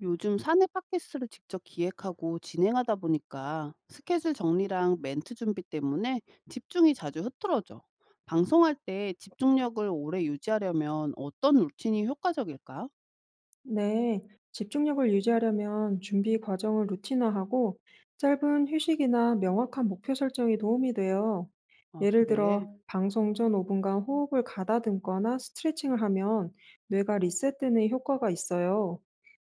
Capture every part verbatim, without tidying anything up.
요즘 사내 팟캐스트를 직접 기획하고 진행하다 보니까 스케줄 정리랑 멘트 준비 때문에 집중이 자주 흐트러져. 방송할 때 집중력을 오래 유지하려면 어떤 루틴이 효과적일까? 네, 집중력을 유지하려면 준비 과정을 루틴화하고 짧은 휴식이나 명확한 목표 설정이 도움이 돼요. 아, 예를 그래. 들어, 방송 전 오분간 호흡을 가다듬거나 스트레칭을 하면 뇌가 리셋되는 효과가 있어요.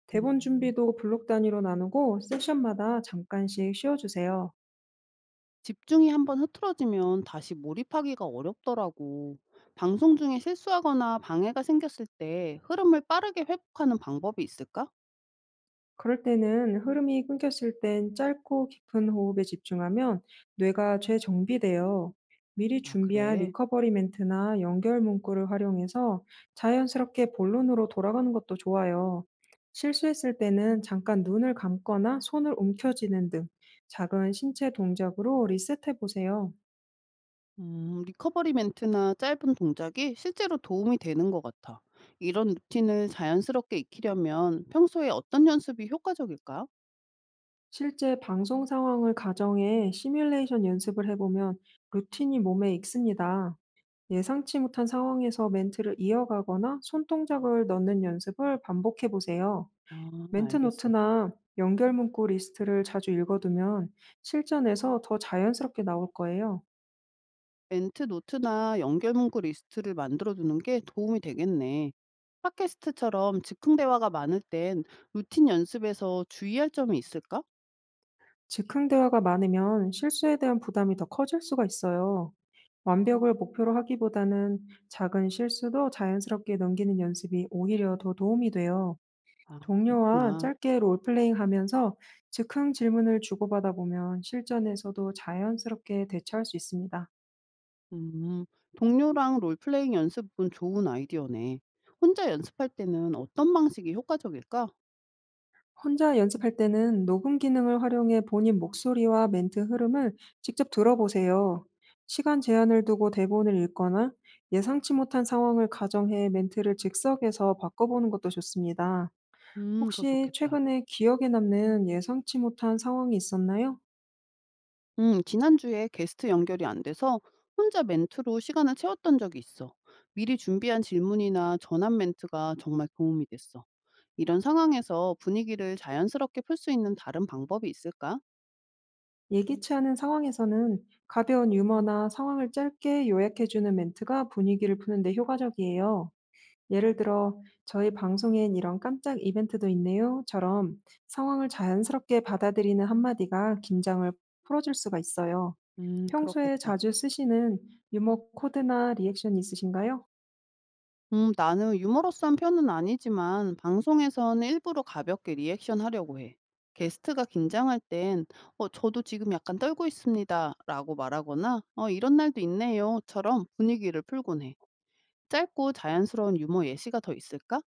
대본 음. 준비도 블록 단위로 나누고 세션마다 잠깐씩 쉬어주세요. 집중이 한번 흐트러지면 다시 몰입하기가 어렵더라고. 방송 중에 실수하거나 방해가 생겼을 때 흐름을 빠르게 회복하는 방법이 있을까? 그럴 때는 흐름이 끊겼을 땐 짧고 깊은 호흡에 집중하면 뇌가 재정비돼요. 미리 아, 준비한 그래. 리커버리 멘트나 연결 문구를 활용해서 자연스럽게 본론으로 돌아가는 것도 좋아요. 실수했을 때는 잠깐 눈을 감거나 손을 움켜쥐는 등 작은 신체 동작으로 리셋해 보세요. 음, 리커버리 멘트나 짧은 동작이 실제로 도움이 되는 것 같아. 이런 루틴을 자연스럽게 익히려면 평소에 어떤 연습이 효과적일까? 실제 방송 상황을 가정해 시뮬레이션 연습을 해보면 루틴이 몸에 익습니다. 예상치 못한 상황에서 멘트를 이어가거나 손동작을 넣는 연습을 반복해 보세요. 아, 멘트 알겠어. 노트나 연결 문구 리스트를 자주 읽어두면 실전에서 더 자연스럽게 나올 거예요. 멘트 노트나 연결 문구 리스트를 만들어두는 게 도움이 되겠네. 팟캐스트처럼 즉흥 대화가 많을 땐 루틴 연습에서 주의할 점이 있을까? 즉흥 대화가 많으면 실수에 대한 부담이 더 커질 수가 있어요. 완벽을 목표로 하기보다는 작은 실수도 자연스럽게 넘기는 연습이 오히려 더 도움이 돼요. 아, 동료와 그렇구나. 짧게 롤플레잉 하면서 즉흥 질문을 주고받아 보면 실전에서도 자연스럽게 대처할 수 있습니다. 음, 동료랑 롤플레잉 연습은 좋은 아이디어네. 혼자 연습할 때는 어떤 방식이 효과적일까? 혼자 연습할 때는 녹음 기능을 활용해 본인 목소리와 멘트 흐름을 직접 들어보세요. 시간 제한을 두고 대본을 읽거나 예상치 못한 상황을 가정해 멘트를 즉석에서 바꿔보는 것도 좋습니다. 음, 그거 혹시 좋겠다. 최근에 기억에 남는 예상치 못한 상황이 있었나요? 음, 지난주에 게스트 연결이 안 돼서 혼자 멘트로 시간을 채웠던 적이 있어. 미리 준비한 질문이나 전환 멘트가 정말 도움이 됐어. 이런 상황에서 분위기를 자연스럽게 풀 수 있는 다른 방법이 있을까? 예기치 않은 상황에서는 가벼운 유머나 상황을 짧게 요약해주는 멘트가 분위기를 푸는데 효과적이에요. 예를 들어, "저희 방송엔 이런 깜짝 이벤트도 있네요.처럼 상황을 자연스럽게 받아들이는 한마디가 긴장을 풀어줄 수가 있어요. 음, 평소에 그렇겠다. 자주 쓰시는 유머 코드나 리액션이 있으신가요? 음, 나는 유머러스한 편은 아니지만 방송에선 일부러 가볍게 리액션 하려고 해. 게스트가 긴장할 땐, 어, 저도 지금 약간 떨고 있습니다. 라고 말하거나, 어, 이런 날도 있네요. 처럼 분위기를 풀곤 해. 짧고 자연스러운 유머 예시가 더 있을까?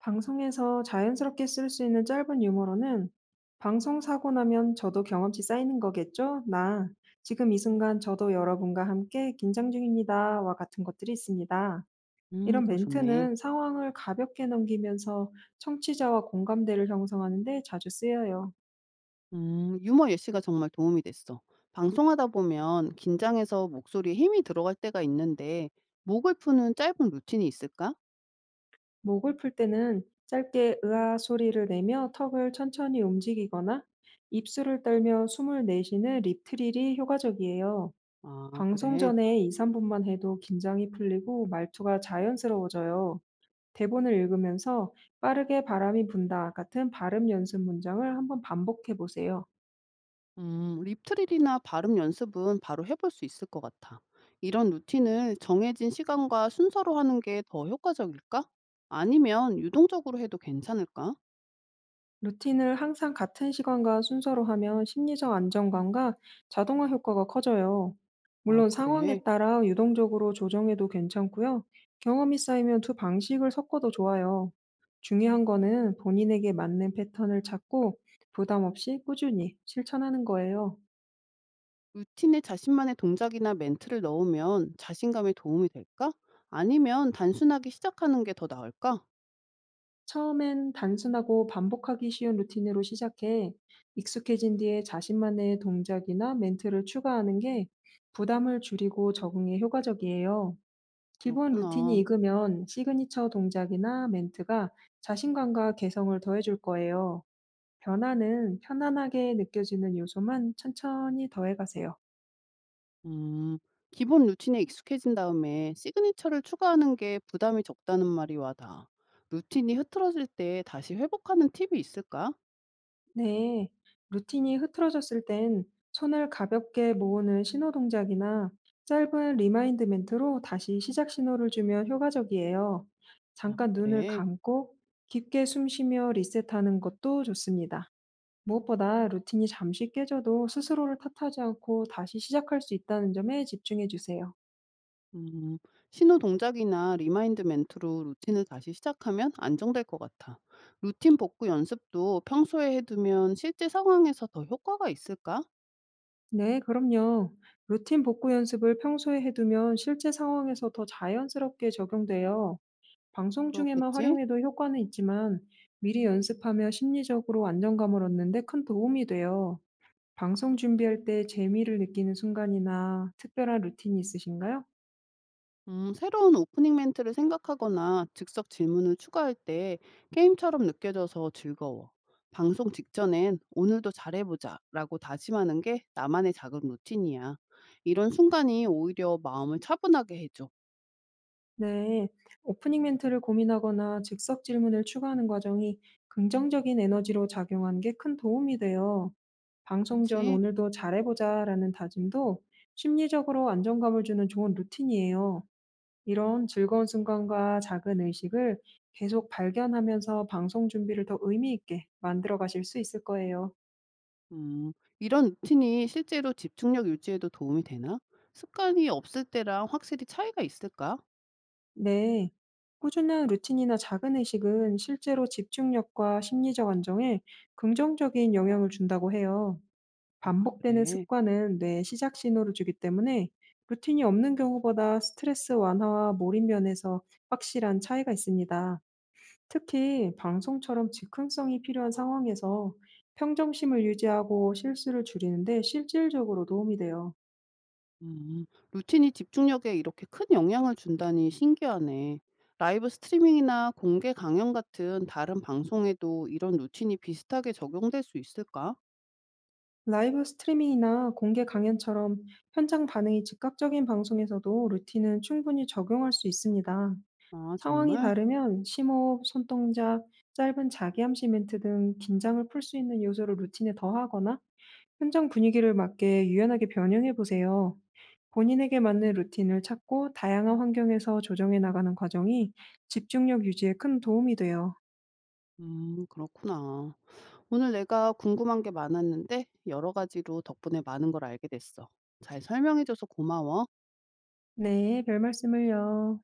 방송에서 자연스럽게 쓸 수 있는 짧은 유머로는 "방송 사고 나면 저도 경험치 쌓이는 거겠죠? 나 "지금 이 순간 저도 여러분과 함께 긴장 중입니다와 같은 것들이 있습니다. 음, 이런 그거 좋네. 멘트는 상황을 가볍게 넘기면서 청취자와 공감대를 형성하는데 자주 쓰여요. 음, 유머 예시가 정말 도움이 됐어. 방송하다 보면 긴장해서 목소리에 힘이 들어갈 때가 있는데, 목을 푸는 짧은 루틴이 있을까? 목을 풀 때는 짧게 "으아" 소리를 내며 턱을 천천히 움직이거나 입술을 떨며 숨을 내쉬는 립트릴이 효과적이에요. 아, 방송 그래. 전에 이~삼 분만 해도 긴장이 풀리고 말투가 자연스러워져요. 대본을 읽으면서 빠르게 "바람이 분다" 같은 발음 연습 문장을 한번 반복해 보세요. 음, 립트릴이나 발음 연습은 바로 해볼 수 있을 것 같아. 이런 루틴을 정해진 시간과 순서로 하는 게 더 효과적일까? 아니면 유동적으로 해도 괜찮을까? 루틴을 항상 같은 시간과 순서로 하면 심리적 안정감과 자동화 효과가 커져요. 아, 물론 그래. 상황에 따라 유동적으로 조정해도 괜찮고요. 경험이 쌓이면 두 방식을 섞어도 좋아요. 중요한 거는 본인에게 맞는 패턴을 찾고 부담 없이 꾸준히 실천하는 거예요. 루틴에 자신만의 동작이나 멘트를 넣으면 자신감에 도움이 될까? 아니면 단순하게 시작하는 게 더 나을까? 처음엔 단순하고 반복하기 쉬운 루틴으로 시작해 익숙해진 뒤에 자신만의 동작이나 멘트를 추가하는 게 부담을 줄이고 적응에 효과적이에요. 기본 루틴이 그렇구나. 익으면 시그니처 동작이나 멘트가 자신감과 개성을 더해줄 거예요. 변화는 편안하게 느껴지는 요소만 천천히 더해가세요. 음, 기본 루틴에 익숙해진 다음에 시그니처를 추가하는 게 부담이 적다는 말이 와닿아. 루틴이 흐트러질 때 다시 회복하는 팁이 있을까? 네, 루틴이 흐트러졌을 땐 손을 가볍게 모으는 신호 동작이나 짧은 리마인드 멘트로 다시 시작 신호를 주면 효과적이에요. 아 잠깐 눈을 그래? 감고 깊게 숨 쉬며 리셋하는 것도 좋습니다. 무엇보다 루틴이 잠시 깨져도 스스로를 탓하지 않고 다시 시작할 수 있다는 점에 집중해 주세요. 음. 신호 동작이나 리마인드 멘트로 루틴을 다시 시작하면 안정될 것 같아. 루틴 복구 연습도 평소에 해두면 실제 상황에서 더 효과가 있을까? 네, 그럼요. 루틴 복구 연습을 평소에 해두면 실제 상황에서 더 자연스럽게 적용돼요. 방송 중에만 그렇겠지? 활용해도 효과는 있지만 미리 연습하며 심리적으로 안정감을 얻는 데 큰 도움이 돼요. 방송 준비할 때 재미를 느끼는 순간이나 특별한 루틴이 있으신가요? 음, 새로운 오프닝 멘트를 생각하거나 즉석 질문을 추가할 때 게임처럼 느껴져서 즐거워. 방송 직전엔 오늘도 잘해보자 라고 다짐하는 게 나만의 작은 루틴이야. 이런 순간이 오히려 마음을 차분하게 해줘. 네. 오프닝 멘트를 고민하거나 즉석 질문을 추가하는 과정이 긍정적인 에너지로 작용한 게 큰 도움이 돼요. 방송 전 그치? "오늘도 잘해보자 라는 다짐도 심리적으로 안정감을 주는 좋은 루틴이에요. 이런 즐거운 순간과 작은 의식을 계속 발견하면서 방송 준비를 더 의미 있게 만들어 가실 수 있을 거예요. 음. 이런 루틴이 실제로 집중력 유지에도 도움이 되나? 습관이 없을 때랑 확실히 차이가 있을까? 네. 꾸준한 루틴이나 작은 의식은 실제로 집중력과 심리적 안정에 긍정적인 영향을 준다고 해요. 아, 반복되는 그래. 습관은 뇌에 시작 신호를 주기 때문에 루틴이 없는 경우보다 스트레스 완화와 몰입 면에서 확실한 차이가 있습니다. 특히 방송처럼 즉흥성이 필요한 상황에서 평정심을 유지하고 실수를 줄이는데 실질적으로 도움이 돼요. 음. 루틴이 집중력에 이렇게 큰 영향을 준다니 신기하네. 라이브 스트리밍이나 공개 강연 같은 다른 방송에도 이런 루틴이 비슷하게 적용될 수 있을까? 라이브 스트리밍이나 공개 강연처럼 현장 반응이 즉각적인 방송에서도 루틴은 충분히 적용할 수 있습니다. 아, 상황이 정말? 다르면 심호흡, 손동작, 짧은 자기암시 멘트 등 긴장을 풀 수 있는 요소를 루틴에 더하거나 현장 분위기를 맞게 유연하게 변형해 보세요. 본인에게 맞는 루틴을 찾고 다양한 환경에서 조정해 나가는 과정이 집중력 유지에 큰 도움이 돼요. 음, 그렇구나. 오늘 내가 궁금한 게 많았는데 여러 가지로 덕분에 많은 걸 알게 됐어. 잘 설명해줘서 고마워. 네, 별 말씀을요.